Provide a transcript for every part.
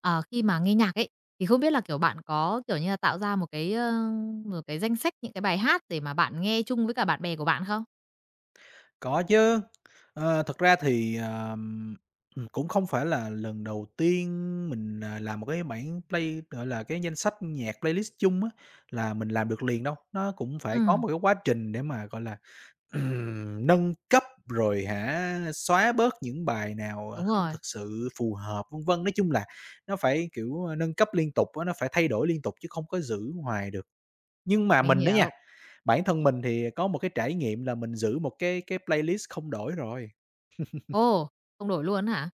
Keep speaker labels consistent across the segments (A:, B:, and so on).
A: Ờ, Khi mà nghe nhạc ấy, thì không biết là, kiểu, bạn có, kiểu như là, tạo ra một cái danh sách những cái bài hát để mà bạn nghe chung với cả bạn bè của bạn không?
B: Có chứ. Thật ra thì, cũng không phải là lần đầu tiên mình, làm một cái bản play gọi là, cái danh sách nhạc playlist chung á, là mình làm được liền đâu. Nó cũng phải có
A: Ừ,
B: một cái quá trình để mà, gọi là, nâng cấp, rồi hả, xóa bớt những bài nào,
A: đúng
B: không
A: rồi.
B: thực sự phù hợp, vân vân. Nói chung là nó phải, kiểu, nâng cấp liên tục á, nó phải thay đổi liên tục chứ không có giữ hoài được. Nhưng mà
A: Mình
B: mình đó nha,
A: hiểu.
B: bản thân mình thì có một cái trải nghiệm là mình giữ một cái playlist không đổi rồi.
A: Ồ, không đổi luôn hả?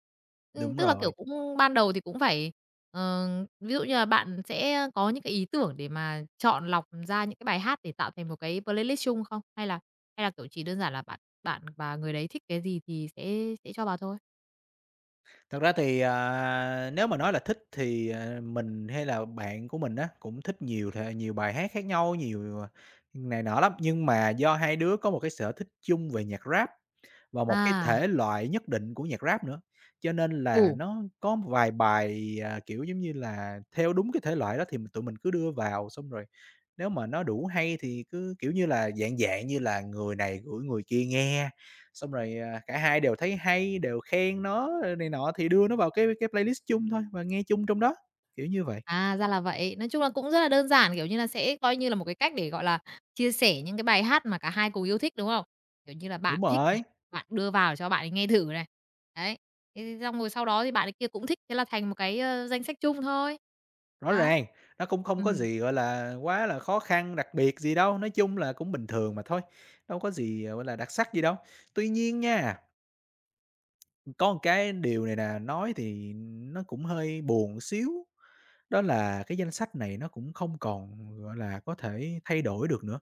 B: Đúng
A: Tức là, kiểu,
B: rồi.
A: cũng ban đầu thì cũng phải, ờ, ví dụ như là bạn sẽ có những cái ý tưởng để mà chọn lọc ra những cái bài hát để tạo thành một cái playlist chung không? Hay là, kiểu, chỉ đơn giản là bạn bạn và người đấy thích cái gì thì sẽ cho vào thôi?
B: Thật ra thì, nếu mà nói là thích thì, mình hay là bạn của mình á, cũng thích nhiều thể nhiều bài hát khác nhau, nhiều, này nọ lắm, nhưng mà do hai đứa có một cái sở thích chung về nhạc Rap và một cái
A: À,
B: thể loại nhất định của nhạc Rap nữa, cho nên là
A: ừ.
B: nó có một vài bài, kiểu, giống như là, theo đúng cái thể loại đó thì tụi mình cứ đưa vào xong rồi. Nếu mà nó đủ hay thì cứ, kiểu như là, dạng dạng như là người này gửi người kia nghe, xong rồi, cả hai đều thấy hay, đều khen nó, này nọ thì đưa nó vào cái playlist chung thôi và nghe chung trong đó, kiểu như vậy.
A: À, ra là vậy. Nói chung là cũng rất là đơn giản, kiểu như là, sẽ coi như là một cái cách để, gọi là, chia sẻ những cái bài hát mà cả hai cùng yêu thích, đúng không? Kiểu như là, bạn
B: Đúng
A: thích này,
B: rồi,
A: bạn đưa vào cho bạn ấy nghe thử này. Đấy, thế thì xong rồi sau đó thì bạn ấy kia cũng thích, thế là thành một cái, danh sách chung thôi.
B: rõ
A: Đấy.
B: ràng, nó cũng không có
A: Ừm,
B: gì, gọi là, quá là khó khăn, đặc biệt gì đâu, nói chung là cũng bình thường mà thôi, đâu có gì, gọi là, đặc sắc gì đâu. Tuy nhiên nha, có một cái điều này nè, nói thì nó cũng hơi buồn xíu. Đó là cái danh sách này nó cũng không còn, gọi là, có thể thay đổi được nữa,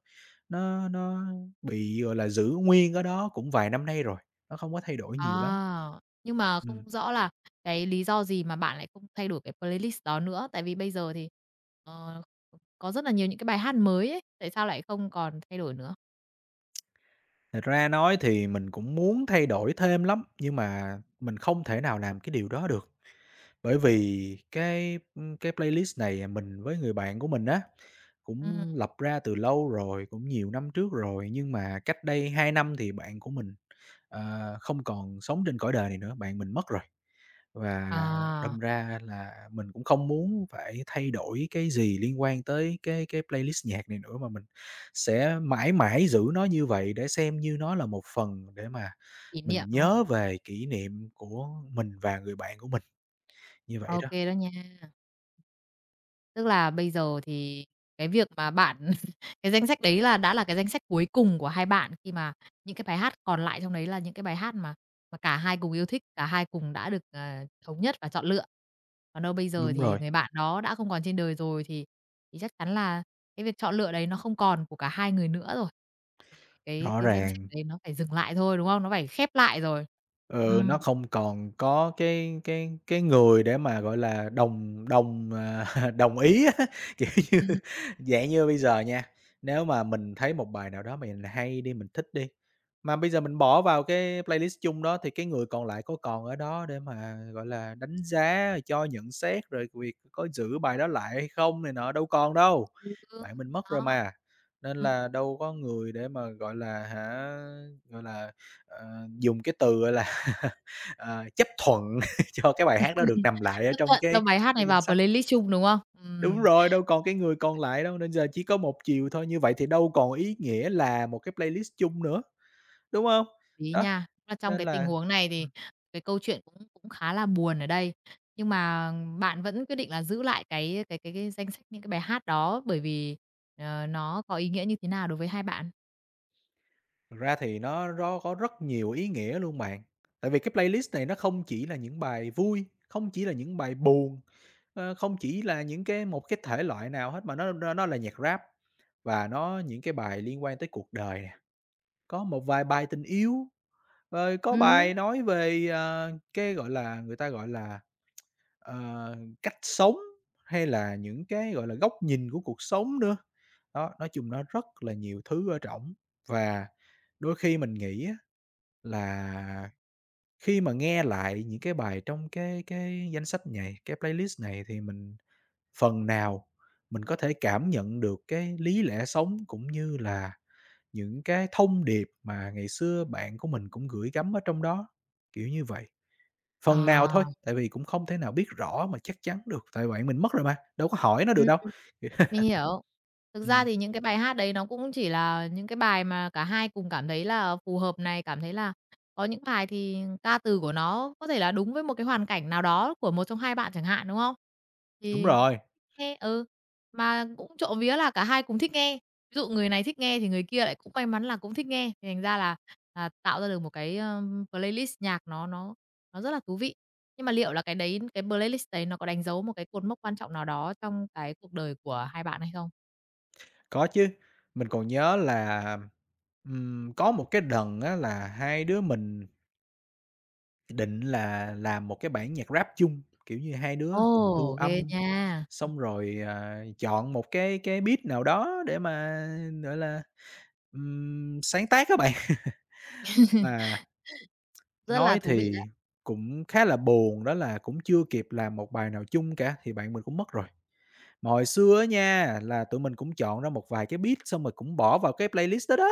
B: nó bị, gọi là, giữ nguyên ở đó cũng vài năm nay rồi, nó không có thay đổi nhiều lắm.
A: ờ, nhưng mà
B: Ừm,
A: không rõ là cái lý do gì mà bạn lại không thay đổi cái playlist đó nữa? Tại vì bây giờ thì, ờ, có rất là nhiều những cái bài hát mới ấy, tại sao lại không còn thay đổi nữa?
B: Thật ra nói thì mình cũng muốn thay đổi thêm lắm, nhưng mà mình không thể nào làm cái điều đó được, bởi vì cái playlist này mình với người bạn của mình á,
A: Ừm,
B: cũng lập ra từ lâu rồi, cũng nhiều năm trước rồi, nhưng mà cách đây 2 năm thì bạn của mình, không còn sống trên cõi đời này nữa, bạn mình mất rồi. Và
A: à,
B: đâm ra là mình cũng không muốn phải thay đổi cái gì liên quan tới cái playlist nhạc này nữa, mà mình sẽ mãi mãi giữ nó như vậy để xem như nó là một phần để mà
A: kỷ niệm,
B: mình
A: đúng không?
B: nhớ về kỷ niệm của mình và người bạn của mình, như vậy
A: OK
B: đó.
A: đó nha. Tức là bây giờ thì cái việc mà bạn cái danh sách đấy là đã là cái danh sách cuối cùng của hai bạn khi mà những cái bài hát còn lại trong đấy là những cái bài hát mà cả hai cùng yêu thích, cả hai cùng đã được, thống nhất và chọn lựa. Còn đâu bây giờ
B: Đúng
A: thì
B: rồi,
A: người bạn đó đã không còn trên đời rồi thì chắc chắn là cái việc chọn lựa đấy nó không còn của cả hai người nữa rồi. Cái
B: rõ
A: cái danh sách
B: ràng.
A: đấy nó phải dừng lại thôi, đúng không? Nó phải khép lại rồi.
B: Ừ,
A: Ừm,
B: nó không còn có cái người để mà, gọi là, đồng đồng, à, đồng ý á, kiểu như,
A: ừ,
B: dạng như bây giờ nha, nếu mà mình thấy một bài nào đó mình hay đi, mình thích đi, mà bây giờ mình bỏ vào cái playlist chung đó thì cái người còn lại có còn ở đó để mà, gọi là, đánh giá, rồi cho nhận xét, rồi việc có giữ bài đó lại hay không này nọ, đâu còn đâu,
A: ừ,
B: bạn mình mất rồi
A: đó.
B: mà. Nên
A: Ừm.
B: là đâu có người để mà, gọi là, hả, gọi là, ờ, dùng cái từ, gọi là Ờ, chấp thuận cho cái bài hát đó
A: Ừm,
B: được nằm lại ở
A: chấp
B: trong
A: thuận cho
B: cái
A: bài hát
B: cái
A: này
B: danh
A: vào
B: sách.
A: playlist chung, đúng không?
B: Đúng rồi, đâu còn cái người còn lại đâu, nên giờ chỉ có một chiều thôi, như vậy thì đâu còn ý nghĩa là một cái playlist chung nữa, đúng không?
A: Lý
B: Đó,
A: nha. Và trong
B: nên
A: cái tình
B: là
A: huống này thì
B: ừm,
A: cái câu chuyện cũng cũng khá là buồn ở đây, nhưng mà bạn vẫn quyết định là giữ lại cái danh sách những cái bài hát đó bởi vì, nó có ý nghĩa như thế nào đối với hai bạn?
B: thật ra thì nó có rất nhiều ý nghĩa luôn bạn, tại vì cái playlist này nó không chỉ là những bài vui, không chỉ là những bài buồn, không chỉ là những cái một cái thể loại nào hết mà nó là nhạc Rap và nó những cái bài liên quan tới cuộc đời nè, có một vài bài tình yêu. Rồi có
A: Ừm.
B: bài nói về, cái, gọi là, người ta gọi là, ờ, cách sống hay là những cái, gọi là, góc nhìn của cuộc sống nữa. Đó, nói chung nó rất là nhiều thứ ở trỏng và đôi khi mình nghĩ á là khi mà nghe lại những cái bài trong cái danh sách này, cái playlist này thì mình phần nào mình có thể cảm nhận được cái lý lẽ sống cũng như là những cái thông điệp mà ngày xưa bạn của mình cũng gửi gắm ở trong đó, kiểu như vậy.
A: Ờ.
B: Phần nào thôi, tại vì cũng không thể nào biết rõ mà chắc chắn được, tại bạn mình mất rồi mà, đâu có hỏi nó được đâu.
A: Mình hiểu. Thực ra
B: Ừm,
A: thì những cái bài hát đấy nó cũng chỉ là những cái bài mà cả hai cùng cảm thấy là phù hợp này, cảm thấy là có những bài thì ca từ của nó có thể là đúng với một cái hoàn cảnh nào đó của một trong hai bạn chẳng hạn, đúng không?
B: đúng
A: Thì
B: rồi,
A: nghe, ừ, mà cũng trộm vía là cả hai cùng thích nghe. Ví dụ người này thích nghe thì người kia lại cũng may mắn là cũng thích nghe, thì thành ra là, tạo ra được một cái, playlist nhạc nó rất là thú vị. Nhưng mà liệu là cái playlist đấy nó có đánh dấu một cái cột mốc quan trọng nào đó trong cái cuộc đời của hai bạn hay không?
B: có chứ, mình còn nhớ là, có một cái đần á là hai đứa mình định là làm một cái bản nhạc rap chung, kiểu như, hai đứa cùng thu
A: Ồ, ghê
B: âm,
A: nha!
B: xong rồi, chọn một cái beat nào đó để mà, gọi là, sáng tác á bạn. Mà
A: Rất là
B: nói
A: thú vị đấy.
B: thì cũng khá là buồn đó là cũng chưa kịp làm một bài nào chung cả thì bạn mình cũng mất rồi. Mà hồi xưa á nha, là tụi mình cũng chọn ra một vài cái beat xong rồi cũng bỏ vào cái playlist đó đó.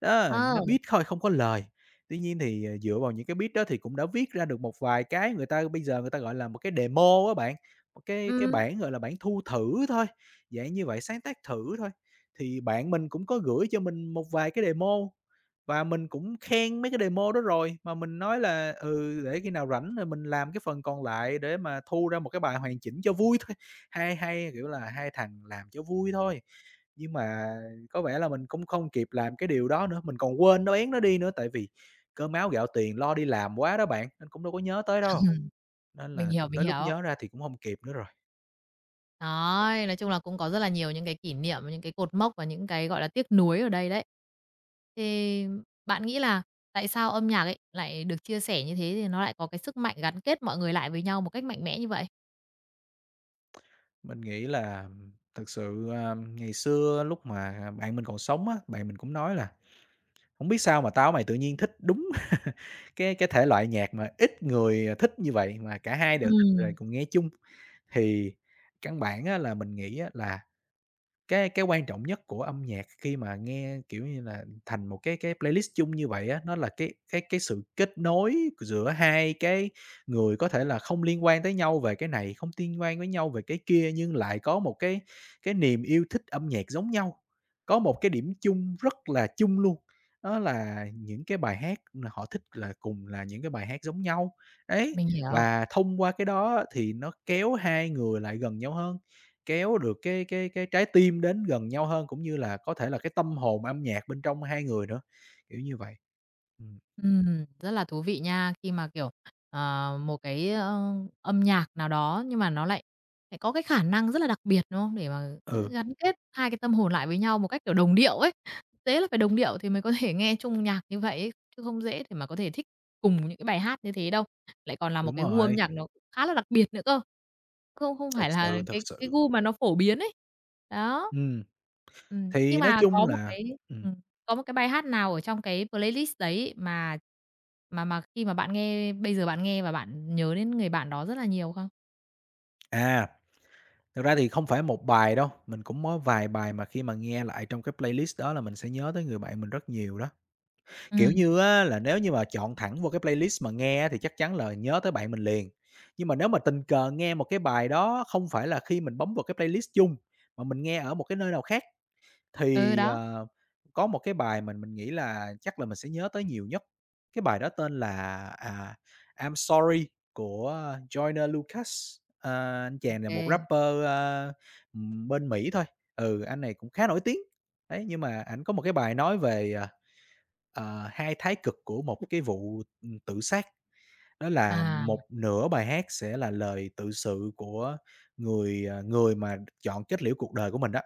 B: Đó,
A: Ờ,
B: nó beat thôi không có lời. Tuy nhiên thì, dựa vào những cái beat đó thì cũng đã viết ra được một vài cái người ta bây giờ người ta gọi là một cái demo á bạn, một cái
A: ừm,
B: bản, gọi là, bản thu thử thôi, dạng như vậy, sáng tác thử thôi. Thì bạn mình cũng có gửi cho mình một vài cái demo và mình cũng khen mấy cái demo đó rồi, mà mình nói là "Ừ, để khi nào rảnh rồi mình làm cái phần còn lại để mà thu ra một cái bài hoàn chỉnh cho vui thôi." Hay, hay, kiểu là, hai thằng làm cho vui thôi, nhưng mà có vẻ là mình cũng không kịp làm cái điều đó nữa, mình còn quên nó bén nó đi nữa, tại vì cơm áo gạo tiền lo đi làm quá đó bạn, nên cũng đâu có nhớ tới đâu, nên
A: mình
B: là
A: hiểu, mình
B: tới lúc
A: hiểu.
B: nhớ ra thì cũng không kịp nữa rồi.
A: Đấy, nói chung là cũng có rất là nhiều những cái kỷ niệm, những cái cột mốc và những cái, gọi là, tiếc nuối ở đây đấy. Thì bạn nghĩ là tại sao âm nhạc ấy lại được chia sẻ như thế thì nó lại có cái sức mạnh gắn kết mọi người lại với nhau một cách mạnh mẽ như vậy?
B: Mình nghĩ là thật sự, ngày xưa lúc mà bạn mình còn sống á, bạn mình cũng nói là không biết sao mà tao mày tự nhiên thích đúng cái thể loại nhạc mà ít người thích như vậy, mà cả hai đều thích rồi
A: Ừm,
B: cùng nghe chung." Thì căn bản á là mình nghĩ á là cái quan trọng nhất của âm nhạc khi mà nghe, kiểu như là, thành một cái playlist chung như vậy á, nó là cái sự kết nối giữa hai cái người có thể là không liên quan tới nhau về cái này, không liên quan với nhau về cái kia, nhưng lại có một cái niềm yêu thích âm nhạc giống nhau, có một cái điểm chung rất là chung luôn, đó là những cái bài hát là họ thích là cùng là những cái bài hát giống nhau. Ấy
A: mình hiểu.
B: và thông qua cái đó thì nó kéo hai người lại gần nhau hơn. Kéo được cái trái tim đến gần nhau hơn, cũng như là có thể là cái tâm hồn âm nhạc bên trong hai người nữa, kiểu như vậy. Ừm,
A: Rất là thú vị nha, khi mà, kiểu, một cái, âm nhạc nào đó nhưng mà nó lại lại có cái khả năng rất là đặc biệt, đúng không? Để mà giữ
B: ừ,
A: gắn kết hai cái tâm hồn lại với nhau một cách, kiểu, đồng điệu ấy. Tế là phải đồng điệu thì mới có thể nghe chung nhạc như vậy ấy, chứ không dễ để mà có thể thích cùng những cái bài hát như thế đâu. Lại còn là một
B: đúng
A: cái gu âm
B: rồi,
A: nhạc nó khá là đặc biệt nữa cơ. Không không
B: thật
A: phải là
B: sự, thật
A: cái
B: sự.
A: gu mà nó phổ biến ấy. Đó.
B: Ừm,
A: Nhưng
B: thì nói
A: mà
B: chung là ừm,
A: ừm. Có một cái bài hát nào ở trong cái playlist đấy mà khi mà bạn nghe bây giờ bạn nghe và bạn nhớ đến người bạn đó rất là nhiều không?
B: à, thực ra thì không phải một bài đâu, mình cũng có vài bài mà khi mà nghe lại trong cái playlist đó là mình sẽ nhớ tới người bạn mình rất nhiều đó. Kiểu
A: Ừm.
B: như á, là nếu như mà chọn thẳng vô cái playlist mà nghe á, thì chắc chắn là nhớ tới bạn mình liền. Nhưng mà nếu mà tình cờ nghe một cái bài đó không phải là khi mình bấm vào cái playlist chung, mà mình nghe ở một cái nơi nào khác,
A: Ừ,
B: thì,
A: đó.
B: có một cái bài mình nghĩ là chắc là mình sẽ nhớ tới nhiều nhất. Cái bài đó tên là, "I'm Sorry" của Joyner Lucas. Ờ, anh
A: Ô
B: chàng là
A: kê.
B: một rapper, bên Mỹ thôi. Ừ, anh này cũng khá nổi tiếng. Đấy, nhưng mà ảnh có một cái bài nói về, hai thái cực của một cái vụ, tự sát, đó là
A: À,
B: một nửa bài hát sẽ là lời tự sự của người mà chọn kết liễu cuộc đời của mình đó,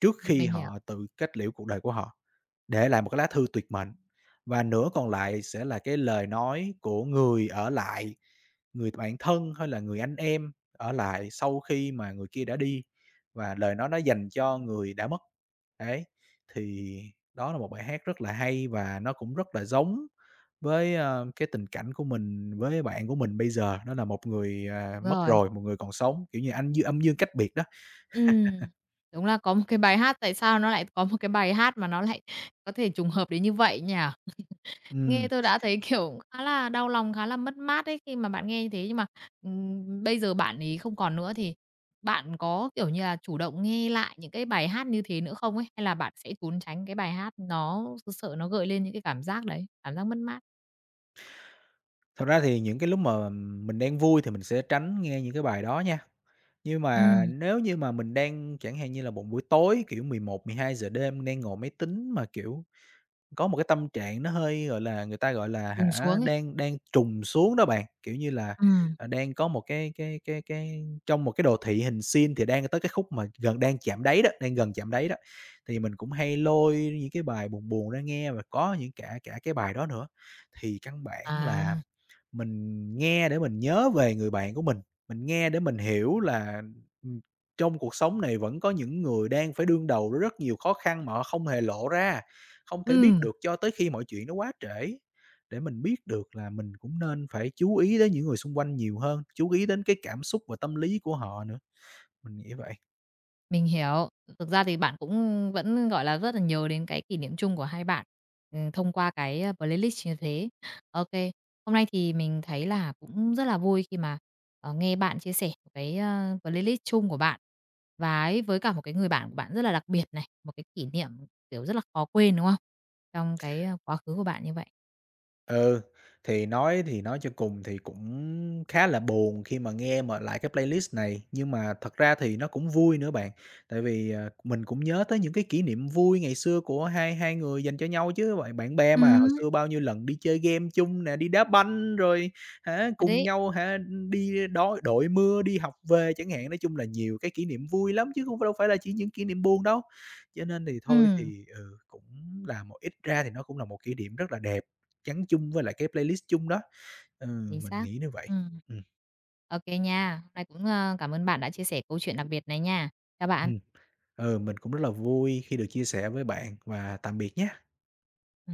B: trước khi
A: mình hiểu,
B: họ tự kết liễu cuộc đời của họ, để lại một cái lá thư tuyệt mệnh. Và nửa còn lại sẽ là cái lời nói của người ở lại, người bạn thân hay là người anh em ở lại sau khi mà người kia đã đi, và lời nói đó dành cho người đã mất. Đấy, thì đó là một bài hát rất là hay và nó cũng rất là giống với, cái tình cảnh của mình với bạn của mình bây giờ, đó là một
A: đúng
B: mất
A: rồi.
B: rồi, một người còn sống, kiểu như, anh dương âm dương cách biệt đó.
A: Ừm, đúng là có một cái bài hát tại sao nó lại có một cái bài hát mà nó lại có thể trùng hợp đến như vậy nhỉ? Nghe
B: Ừm,
A: tôi đã thấy, kiểu, khá là đau lòng, khá là mất mát ấy, khi mà bạn nghe như thế. Nhưng mà, bây giờ bạn ấy không còn nữa thì bạn có, kiểu như là, chủ động nghe lại những cái bài hát như thế nữa không ấy? Hay là bạn sẽ trốn tránh cái bài hát nó sợ nó gợi lên những cái cảm giác đấy, cảm giác mất mát,
B: Thật ra thì những cái lúc mà mình đang vui thì mình sẽ tránh nghe những cái bài đó nha, nhưng mà
A: Ừm.
B: nếu như mà mình đang chẳng hạn như là một buổi tối, kiểu, 1100 giờ đêm đang ngồi máy tính mà, kiểu, có một cái tâm trạng nó hơi, gọi là, người ta, gọi là,
A: Trùng
B: hả,
A: xuống ấy?
B: đang đang trùng xuống đó bạn, kiểu như là,
A: Ừm,
B: đang có một cái trong một cái đồ thị hình sin thì đang tới cái khúc mà gần đang chạm đáy đó, đang gần chạm đáy đó, thì mình cũng hay lôi những cái bài buồn buồn ra nghe và có những cả cả cái bài đó nữa. Thì căn bản là
A: à,
B: mình nghe để mình nhớ về người bạn của mình nghe để mình hiểu là, ừm, trong cuộc sống này vẫn có những người đang phải đương đầu với rất nhiều khó khăn mà họ không hề lộ ra, không thể biết
A: ừm.
B: được cho tới khi mọi chuyện nó quá trễ. Để mình biết được là mình cũng nên phải chú ý đến những người xung quanh nhiều hơn, chú ý đến cái cảm xúc và tâm lý của họ nữa, mình nghĩ vậy.
A: Mình hiểu. Thực ra thì bạn cũng vẫn, gọi là, rất là nhớ đến cái kỷ niệm chung của hai bạn, thông qua cái, playlist như thế. OK hôm nay thì mình thấy là cũng rất là vui khi mà, nghe bạn chia sẻ một cái, playlist chung của bạn và ấy, với cả một cái người bạn của bạn rất là đặc biệt này, một cái kỷ niệm, kiểu, rất là khó quên, đúng không? Trong cái, quá khứ của bạn như vậy.
B: Ừ, thì nói cho cùng thì cũng khá là buồn khi mà nghe mà lại cái playlist này, nhưng mà thật ra thì nó cũng vui nữa bạn. Tại vì, mình cũng nhớ tới những cái kỷ niệm vui ngày xưa của hai hai người dành cho nhau chứ bạn bạn bè
A: Ừ,
B: mà, hồi xưa bao nhiêu lần đi chơi game chung nè, đi đá banh rồi hả,
A: thật
B: cùng
A: đấy.
B: nhau hả, đi đói đội mưa đi học về chẳng hạn. Nói chung là nhiều cái kỷ niệm vui lắm chứ không phải- đâu phải là chỉ những kỷ niệm buồn đâu. Cho nên thì thôi
A: Ừm,
B: thì, ừ, cũng là một ít ra thì nó cũng là một kỷ niệm rất là đẹp gắn chung với lại cái playlist chung đó. Ừ,
A: chính
B: mình
A: xác.
B: nghĩ như vậy.
A: Ừm,
B: Ừm,
A: ô nha. Hôm nay cũng, cảm ơn bạn đã chia sẻ câu chuyện đặc biệt này nha. Chào bạn.
B: ừm, ừ, mình cũng rất là vui khi được chia sẻ với bạn và tạm biệt nhé.
A: Ừm.